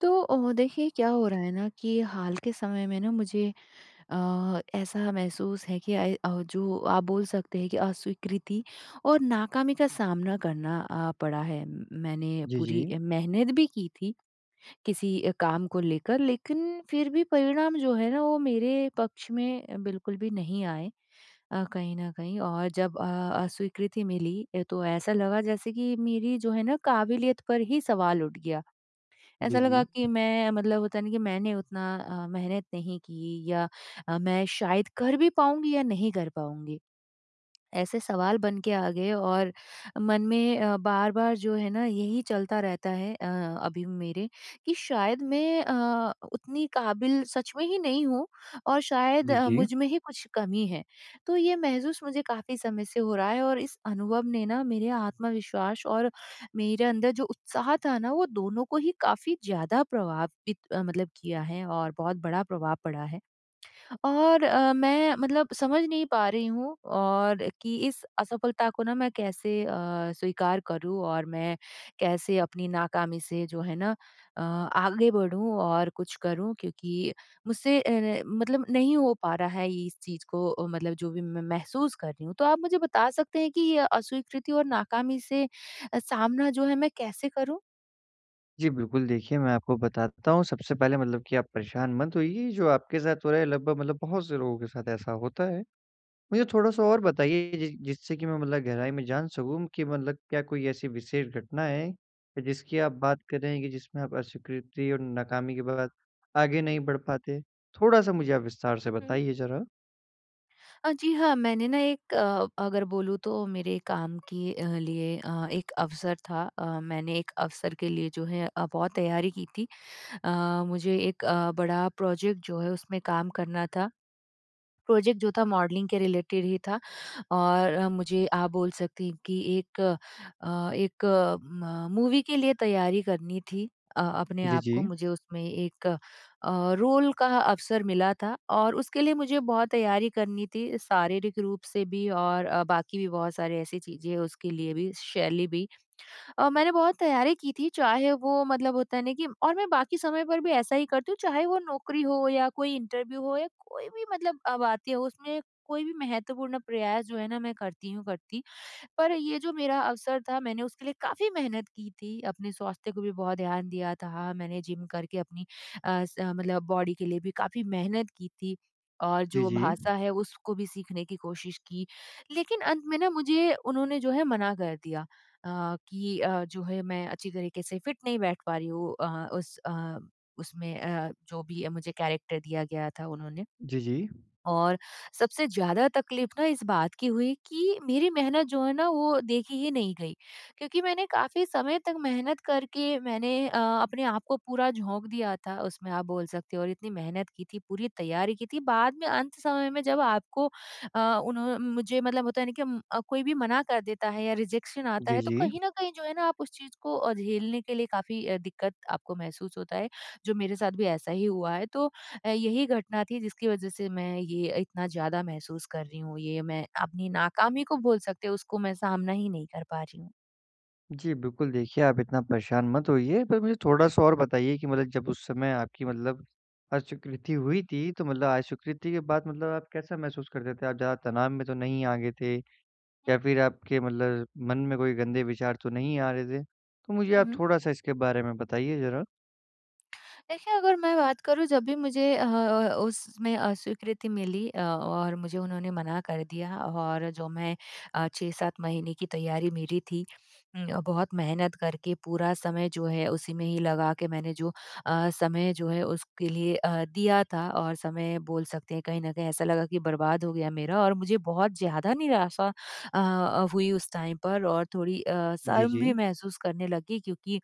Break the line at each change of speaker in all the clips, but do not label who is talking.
तो देखिए क्या हो रहा है ना कि हाल के समय में ना मुझे ऐसा महसूस है कि जो आप बोल सकते हैं कि अस्वीकृति और नाकामी का सामना करना पड़ा है। मैंने
जी, जी।
पूरी मेहनत भी की थी किसी काम को लेकर, लेकिन फिर भी परिणाम जो है ना वो मेरे पक्ष में बिल्कुल भी नहीं आए कहीं ना कहीं। और जब अस्वीकृति मिली तो ऐसा लगा जैसे कि मेरी जो है ना काबिलियत पर ही सवाल उठ गया।
जी,
ऐसा लगा
जी।
कि मैं मतलब होता है ना कि मैंने उतना मेहनत नहीं की या मैं शायद कर भी पाऊँगी या नहीं कर पाऊँगी। ऐसे सवाल बन के आ गए और मन में बार-बार जो है ना यही चलता रहता है अभी मेरे कि शायद मैं उतनी काबिल सच में ही नहीं हूँ और शायद
जी, जी।
मुझ में ही कुछ कमी है। तो ये महसूस मुझे काफ़ी समय से हो रहा है और इस अनुभव ने ना मेरे आत्मविश्वास और मेरे अंदर जो उत्साह था ना वो दोनों को ही काफ़ी ज़्यादा प्रभावित मतलब किया है और बहुत बड़ा प्रभाव पड़ा है। और मैं मतलब समझ नहीं पा रही हूँ और कि इस असफलता को ना मैं कैसे स्वीकार करूँ और मैं कैसे अपनी नाकामी से जो है ना आगे बढ़ूँ और कुछ करूँ, क्योंकि मुझसे मतलब नहीं हो पा रहा है ये इस चीज़ को मतलब जो भी मैं महसूस कर रही हूँ। तो आप मुझे बता सकते हैं कि ये अस्वीकृति और नाकामी से सामना जो है मैं कैसे करूँ?
जी, बिल्कुल देखिए, मैं आपको बताता हूँ सबसे पहले मतलब कि आप परेशान मत होइए, जो आपके साथ हो रहा है लगभग मतलब बहुत से लोगों के साथ ऐसा होता है। मुझे थोड़ा-सा और बताइए जि जिससे कि मैं मतलब गहराई में जान सकूँ कि मतलब क्या कोई ऐसी विशेष घटना है, जिसकी आप बात कर रहे हैं, कि जिसमें आप अस्वीकृति और नाकामी के बाद आगे नहीं बढ़ पाते? थोड़ा-सा मुझे आप विस्तार से बताइए ज़रा।
जी हाँ, मैंने ना एक अगर बोलूँ तो मेरे काम के लिए एक अवसर था। मैंने एक अवसर के लिए जो है बहुत तैयारी की थी। मुझे एक बड़ा प्रोजेक्ट जो है उसमें काम करना था। प्रोजेक्ट जो था मॉडलिंग के रिलेटेड ही था और मुझे आप बोल सकती हैं कि एक म मूवी के लिए तैयारी करनी थी। अपने
जी,
आप को
जी।
मुझे उसमें एक रोल का अवसर मिला था और उसके लिए मुझे बहुत तैयारी करनी थी शारीरिक रूप से भी और बाकी भी बहुत सारी ऐसी चीज़ें उसके लिए भी, शैली भी। मैंने बहुत तैयारी की थी, चाहे वो मतलब होता है ना कि, और मैं बाकी समय पर भी ऐसा ही करती हूँ, चाहे वो नौकरी हो या कोई इंटरव्यू हो या कोई भी मतलब अब आती है उसमें कोई भी महत्वपूर्ण प्रयास जो है ना मैं करती हूँ करती। पर ये जो मेरा अवसर था, मैंने उसके लिए काफ़ी मेहनत की थी, अपने स्वास्थ्य को भी बहुत ध्यान दिया था, मैंने जिम करके अपनी अ, स मतलब बॉडी के लिए भी काफ़ी मेहनत की थी और
जी,
जो
जी।
भाषा है उसको भी सीखने की कोशिश की। लेकिन अंत में ना मुझे उन्होंने जो है मना कर दिया कि जो है मैं अच्छी तरीके से फिट नहीं बैठ पा रही हूँ उसमें जो भी मुझे कैरेक्टर दिया गया था उन्होंने।
जी, जी।
और सबसे ज़्यादा तकलीफ़ ना इस बात की हुई कि मेरी मेहनत जो है ना वो देखी ही नहीं गई। क्योंकि मैंने काफ़ी समय तक मेहनत करके मैंने अपने आप को पूरा झोंक दिया था उसमें आप बोल सकते हो, और इतनी मेहनत की थी, पूरी तैयारी की थी। बाद में अंत समय में जब आपको अ, उन्हों मुझे मतलब होता है ना कि कोई भी मना कर देता है या रिजेक्शन आता
जी,
है तो
जी।
कहीं न कहीं जो है ना आप उस चीज़ को झेलने के लिए काफ़ी दिक्कत आपको महसूस होता है, जो मेरे साथ भी ऐसा ही हुआ है। तो यही घटना थी जिसकी वजह से मैं ये इतना ज़्यादा महसूस कर रही हूँ, ये मैं अपनी नाकामी को बोल सकते हैं उसको मैं सामना ही नहीं कर पा रही हूँ।
जी, बिल्कुल देखिए, आप इतना परेशान मत होइए, पर मुझे थोड़ा-सा और बताइए कि मतलब जब उस समय आपकी मतलब अस्वीकृति हुई थी, तो मतलब अस्वीकृति के बाद मतलब आप कैसा महसूस करते थे? आप ज़्यादा तनाव में तो नहीं आ गए थे, या फिर आपके मतलब मन में कोई गंदे विचार तो नहीं आ रहे थे? तो मुझे
हुँ,
आप
हुँ।
थोड़ा-सा इसके बारे में बताइए ज़रा।
देखिए, अगर मैं बात करूँ जब भी मुझे उसमें अस्वीकृति मिली और मुझे उन्होंने मना कर दिया और जो मैं 6-7 महीने की तैयारी मेरी थी, बहुत मेहनत करके पूरा समय जो है उसी में ही लगा के मैंने जो समय जो है उसके लिए दिया था और समय बोल सकते हैं कहीं न कहीं ऐसा लगा कि बर्बाद हो गया मेरा, और मुझे बहुत ज़्यादा निराशा हुई उस टाइम पर और थोड़ी
जी,
शर्म
जी।
भी महसूस करने लगी, क्योंकि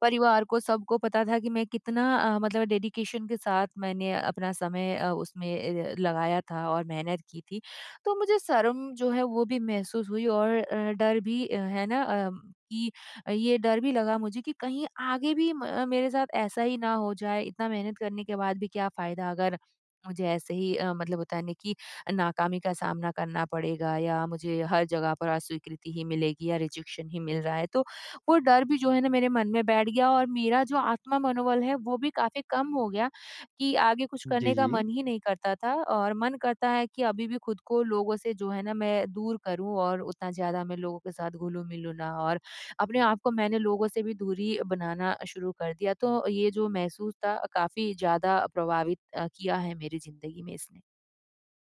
परिवार को सबको पता था कि मैं कितना मतलब डेडिकेशन के साथ मैंने अपना समय उसमें लगाया था और मेहनत की थी। तो मुझे शर्म जो है वो भी महसूस हुई और डर भी है ना कि ये डर भी लगा मुझे कि कहीं आगे भी म मेरे साथ ऐसा ही ना हो जाए, इतना मेहनत करने के बाद भी क्या फ़ायदा, अगर मुझे ऐसे ही मतलब होता है ना कि नाकामी का सामना करना पड़ेगा या मुझे हर जगह पर अस्वीकृति ही मिलेगी या रिजेक्शन ही मिल रहा है। तो वो डर भी जो है ना मेरे मन में बैठ गया और मेरा जो आत्म मनोबल है वो भी काफ़ी कम हो गया कि आगे कुछ
जी,
करने का
जी।
मन ही नहीं करता था और मन करता है कि अभी भी खुद को लोगों से जो है ना मैं दूर करूँ और उतना ज़्यादा मैं लोगों के साथ घुलूँ-मिलूँ ना। और अपने आप को मैंने लोगों से भी दूरी बनाना शुरू कर दिया। तो ये जो महसूस था काफ़ी ज़्यादा प्रभावित किया है मेरी ज़िंदगी में इसने।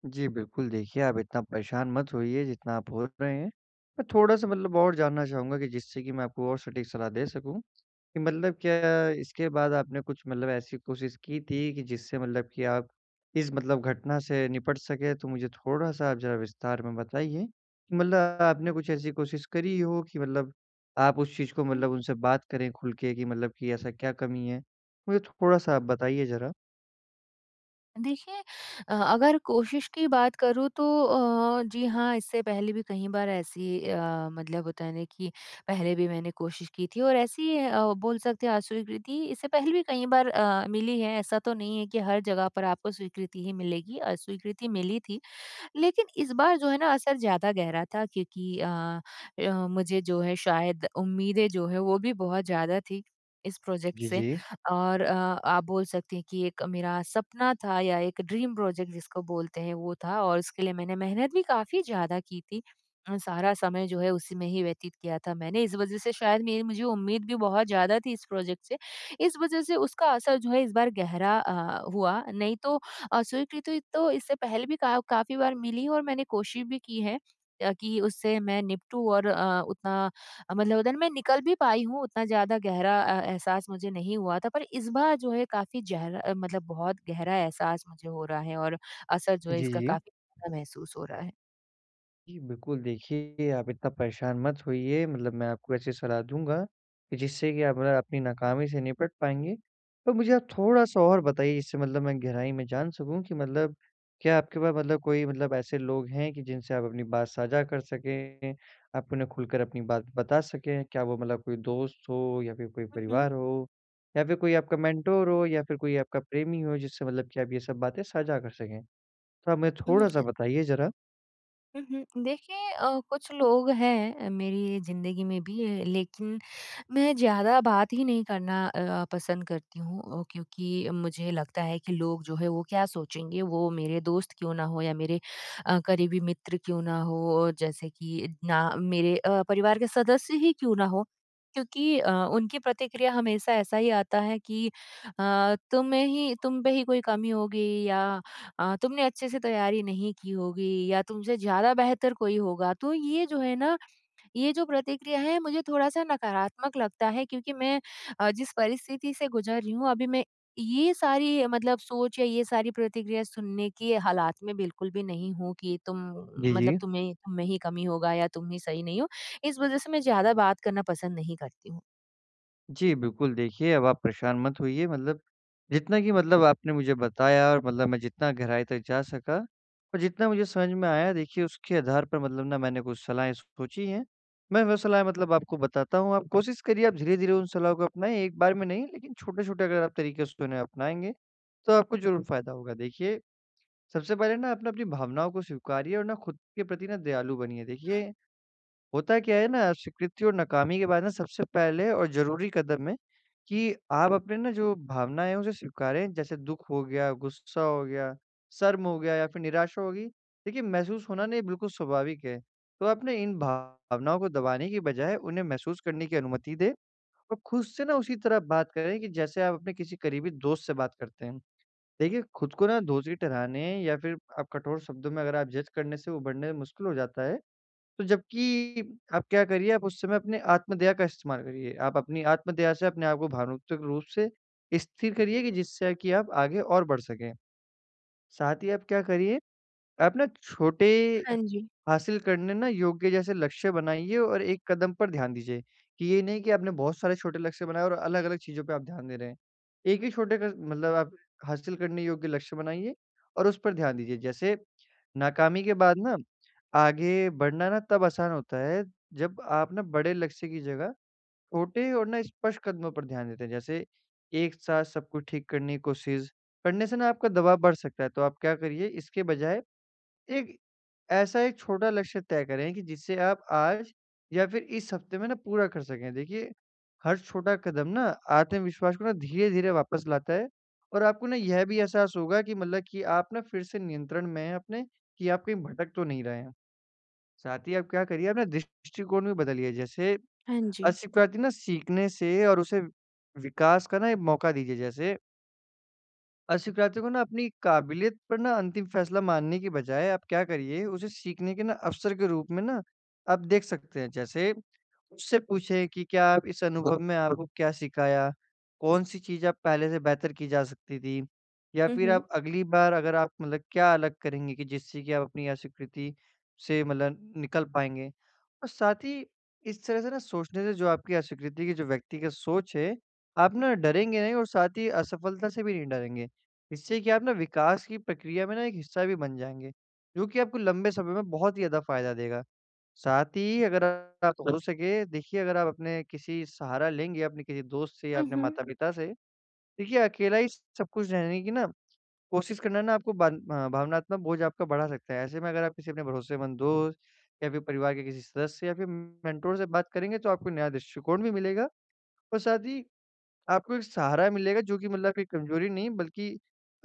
जी, बिल्कुल देखिए, आप इतना परेशान मत होइए जितना आप हो रहे हैं। मैं थोड़ा-सा मतलब और जानना चाहूँगा, कि जिससे कि मैं आपको और सटीक सलाह दे सकूँ। कि मतलब क्या इसके बाद आपने कुछ मतलब ऐसी कोशिश की थी कि जिससे मतलब कि आप इस मतलब घटना से निपट सकें? तो मुझे थोड़ा-सा आप ज़रा विस्तार में बताइए कि मतलब आपने कुछ ऐसी कोशिश करी हो कि मतलब आप उस चीज़ को मतलब उनसे बात करें खुल के, कि मतलब कि ऐसा क्या कमी है? मुझे थोड़ा-सा आप बताइए ज़रा।
देखिए अगर कोशिश की बात करूँ तो जी हाँ, इससे पहले भी कई बार ऐसी मतलब होता है ना कि पहले भी मैंने कोशिश की थी और ऐसी बोल सकते हैं अस्वीकृति इससे पहले भी कई बार मिली है। ऐसा तो नहीं है कि हर जगह पर आपको स्वीकृति ही मिलेगी, अस्वीकृति मिली थी। लेकिन इस बार जो है ना असर ज़्यादा गहरा था, क्योंकि मुझे जो है शायद उम्मीदें जो है वो भी बहुत ज़्यादा थी इस प्रोजेक्ट
जी,
से,
जी।
और आप बोल सकते हैं कि एक मेरा सपना था या एक ड्रीम प्रोजेक्ट जिसको बोलते हैं वो था और उसके लिए मैंने मेहनत भी काफ़ी ज़्यादा की थी। सारा समय जो है उसी में ही व्यतीत किया था मैंने, इस वज़ह से शायद मेरी मुझे उम्मीद भी बहुत ज़्यादा थी इस प्रोजेक्ट से। इस वज़ह से उसका असर जो है इस बार गहरा हुआ, नहीं तो स्वीकृति तो इससे पहले भी का काफ़ी बार मिली और मैंने कोशिश भी की है कि उससे मैं निपटूँ और उतना मतलब होता है ना मैं निकल भी पाई हूँ, उतना ज़्यादा गहरा एहसास मुझे नहीं हुआ था। पर इस बार जो है काफ़ी गहरा मतलब बहुत गहरा एहसास मुझे हो रहा है और असर जो है
जी,
इसका
जी।
काफ़ी ज़्यादा महसूस हो रहा है।
जी, बिल्कुल देखिए, आप इतना परेशान मत होइए मतलब, मैं आपको ऐसी सलाह दूँगा कि जिससे कि आप मतलब अपनी नाकामी से निपट पाएँगे। तो मुझे आप थोड़ा-सा और बताइए, जिससे मतलब मैं गहराई में जान सकूँ कि मतलब क्या आपके पास मतलब कोई मतलब ऐसे लोग हैं कि जिनसे आप अपनी बात साझा कर सकें, आप उन्हें खुलकर अपनी बात बता सकें? क्या वो मतलब कोई दोस्त हो या फिर कोई
हुँ, हुँ।
परिवार हो या फिर कोई आपका मेंटर हो या फिर कोई आपका प्रेमी हो, जिससे मतलब कि आप ये सब बातें साझा कर सकें? तो आप मुझे थोड़ा-सा बताइए ज़रा।
हुँ, हुँ। देखिए कुछ लोग हैं मेरी ज़िंदगी में भी, लेकिन मैं ज़्यादा बात ही नहीं करना पसंद करती हूँ क्योंकि मुझे लगता है कि लोग जो है वो क्या सोचेंगे, वो मेरे दोस्त क्यों ना हो या मेरे करीबी मित्र क्यों ना हो, जैसे कि ना मेरे परिवार के सदस्य ही क्यों ना हो। क्योंकि उनकी प्रतिक्रिया हमेशा ऐसा ही आता है कि तुम्हें ही तुम पे ही कोई कमी होगी या तुमने अच्छे से तैयारी नहीं की होगी या तुमसे ज़्यादा बेहतर कोई होगा। तो ये जो है ना ये जो प्रतिक्रिया है मुझे थोड़ा-सा नकारात्मक लगता है, क्योंकि मैं जिस परिस्थिति से गुज़र रही हूँ अभी, मैं ये सारी मतलब सोच या ये सारी प्रतिक्रिया सुनने के हालात में बिल्कुल भी नहीं हूँ कि तुम
जी, जी।
मतलब तुम्हें तुम में ही कमी होगा या तुम ही सही नहीं हो। इस वज़ह से मैं ज़्यादा बात करना पसंद नहीं करती हूँ।
जी, बिल्कुल देखिए, अब आप परेशान मत होइए मतलब, जितना कि मतलब आपने मुझे बताया, और मतलब मैं जितना गहराई तक जा सका और जितना मुझे समझ में आया, देखिए उसके आधार पर मतलब ना मैंने कुछ सलाहें सोची हैं। मैं वो सलाह मतलब आपको बताता हूँ, आप कोशिश करिए, आप धीरे-धीरे उन सलाहों को अपनाएँ, एक बार में नहीं, लेकिन छोटे-छोटे अगर आप तरीके से उन्हें अपनाएँगे, तो आपको ज़रूर फ़ायदा होगा। देखिए, सबसे पहले ना आप ना अपनी भावनाओं को स्वीकारिए और ना खुद के प्रति ना दयालु बनिए।
हुँ।
देखिए, होता क्या है ना, स्वीकृति और नाकामी के बाद ना सबसे पहले और ज़रूरी कदम है कि आप अपने ना जो भावनाएँ हैं, उसे स्वीकारें। जैसे दुःख हो गया, गुस्सा हो गया, शर्म हो गया या फिर निराशा होगी। देखिए, महसूस होना ना ये बिल्कुल स्वाभाविक है। तो आपने इन भावनाओं को दबाने की बजाय उन्हें महसूस करने की अनुमति दें, और खुद से ना उसी तरह बात करें कि जैसे आप अपने किसी करीबी दोस्त से बात करते हैं। देखिए, खुद को ना दोषी ठहराने या फिर आप कठोर शब्दों में अगर आप जज करने से उभरने में मुश्किल हो जाता है। तो जबकि आप क्या करिए, आप उस समय अपने आत्मदया का इस्तेमाल करिए। आप अपनी आत्मदया से अपने आप को भावनात्मक रूप से स्थिर करिए कि जिससे कि आप आगे और बढ़ सकें। साथ ही आप क्या करिए, आप ना छोटे
हाँ जी।
हासिल करने ना योग्य जैसे लक्ष्य बनाइए और एक कदम पर ध्यान दीजिए, कि ये नहीं कि आपने बहुत सारे छोटे लक्ष्य बनाए और अलग-अलग चीज़ों पे आप ध्यान दे रहे हैं। एक ही छोटे क मतलब आप हासिल करने योग्य लक्ष्य बनाइए और उस पर ध्यान दीजिए। जैसे नाकामी के बाद ना आगे बढ़ना ना तब आसान होता है, जब आप ना बड़े लक्ष्य की जगह छोटे और ना स्पष्ट कदमों पर ध्यान देते हैं। जैसे एक साथ सब कुछ ठीक करने की कोशिश करने से ना आपका दबाव बढ़ सकता है, तो आप क्या करिए, इसके बजाय एक ऐसा एक छोटा लक्ष्य तय करें कि जिसे आप आज या फिर इस हफ्ते में ना पूरा कर सकें। देखिए, हर छोटा कदम ना आत्मविश्वास को ना धीरे-धीरे वापस लाता है, और आपको ना यह भी एहसास होगा कि मतलब कि आप ना फिर से नियंत्रण में हैं अपने, कि आप कहीं भटक तो नहीं रहे हैं। साथ ही आप क्या करिए, अपना दृष्टिकोण भी बदलिए। जैसे
हाँ जी।
अस्वीकृति ना सीखने से, और उसे विकास का ना एक मौका दीजिए। जैसे अस्वीकार्यता को ना अपनी काबिलियत पर ना अंतिम फैसला मानने की बजाय आप क्या करिए, उसे सीखने के ना अवसर के रूप में ना आप देख सकते हैं। जैसे उससे पूछें कि क्या आप, इस अनुभव में आपको क्या सिखाया? कौन-सी चीज़ आप पहले से बेहतर की जा सकती थी? या
हुँ,
फिर
हुँ।
आप अगली बार अगर आप मतलब क्या अलग करेंगे कि जिससे कि आप अपनी अस्वीकृति से मतलब निकल पाएँगे? और साथ ही इस तरह से ना सोचने से, जो आपकी अस्वीकृति की जो व्यक्तिगत सोच है, आप ना डरेंगे नहीं और साथ ही असफलता से भी नहीं डरेंगे। इससे कि आप ना विकास की प्रक्रिया में ना एक हिस्सा भी बन जाएँगे, जो कि आपको लंबे समय में बहुत ही ज़्यादा फ़ायदा देगा। साथ ही अगर आप, तो हो सके देखिए, अगर आप अपने किसी सहारा लेंगे, अपने किसी दोस्त से या
हुँ,
अपने
हुँ।
माता-पिता से, देखिए अकेला ही सब कुछ रहने की ना कोशिश करना ना आपको भावनात्मक बोझ आपका बढ़ा सकता है। ऐसे में अगर आप किसी अपने भरोसेमंद दोस्त या फिर परिवार के किसी सदस्य या फिर मेंटर से बात करेंगे, तो आपको नया दृष्टिकोण भी मिलेगा और साथ ही आपको एक सहारा मिलेगा, जो कि मतलब एक कमजोरी नहीं बल्कि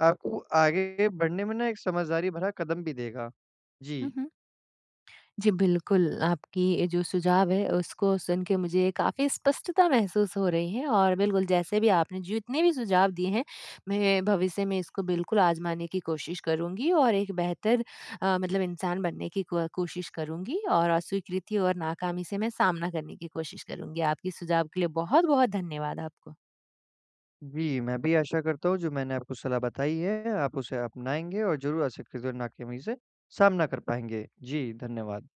आपको आगे बढ़ने में ना एक समझदारी भरा कदम भी देगा। जी।
हुँ, हुँ। जी, बिल्कुल, आपकी जो सुझाव है उसको सुन के मुझे काफ़ी स्पष्टता महसूस हो रही है, और बिल्कुल जैसे भी आपने जितने भी सुझाव दिए हैं, मैं भविष्य में इसको बिल्कुल आज़माने की कोशिश करूँगी और एक बेहतर मतलब इंसान बनने की को कोशिश करूँगी और अस्वीकृति और नाकामी से मैं सामना करने की कोशिश करूँगी। आपके सुझाव के लिए बहुत-बहुत धन्यवाद आपको।
जी, मैं भी आशा करता हूँ, जो मैंने आपको सलाह बताई है, आप उसे अपनाएँगे और ज़रूर असक्ति और नाकामी से सामना कर पाएँगे। जी, धन्यवाद।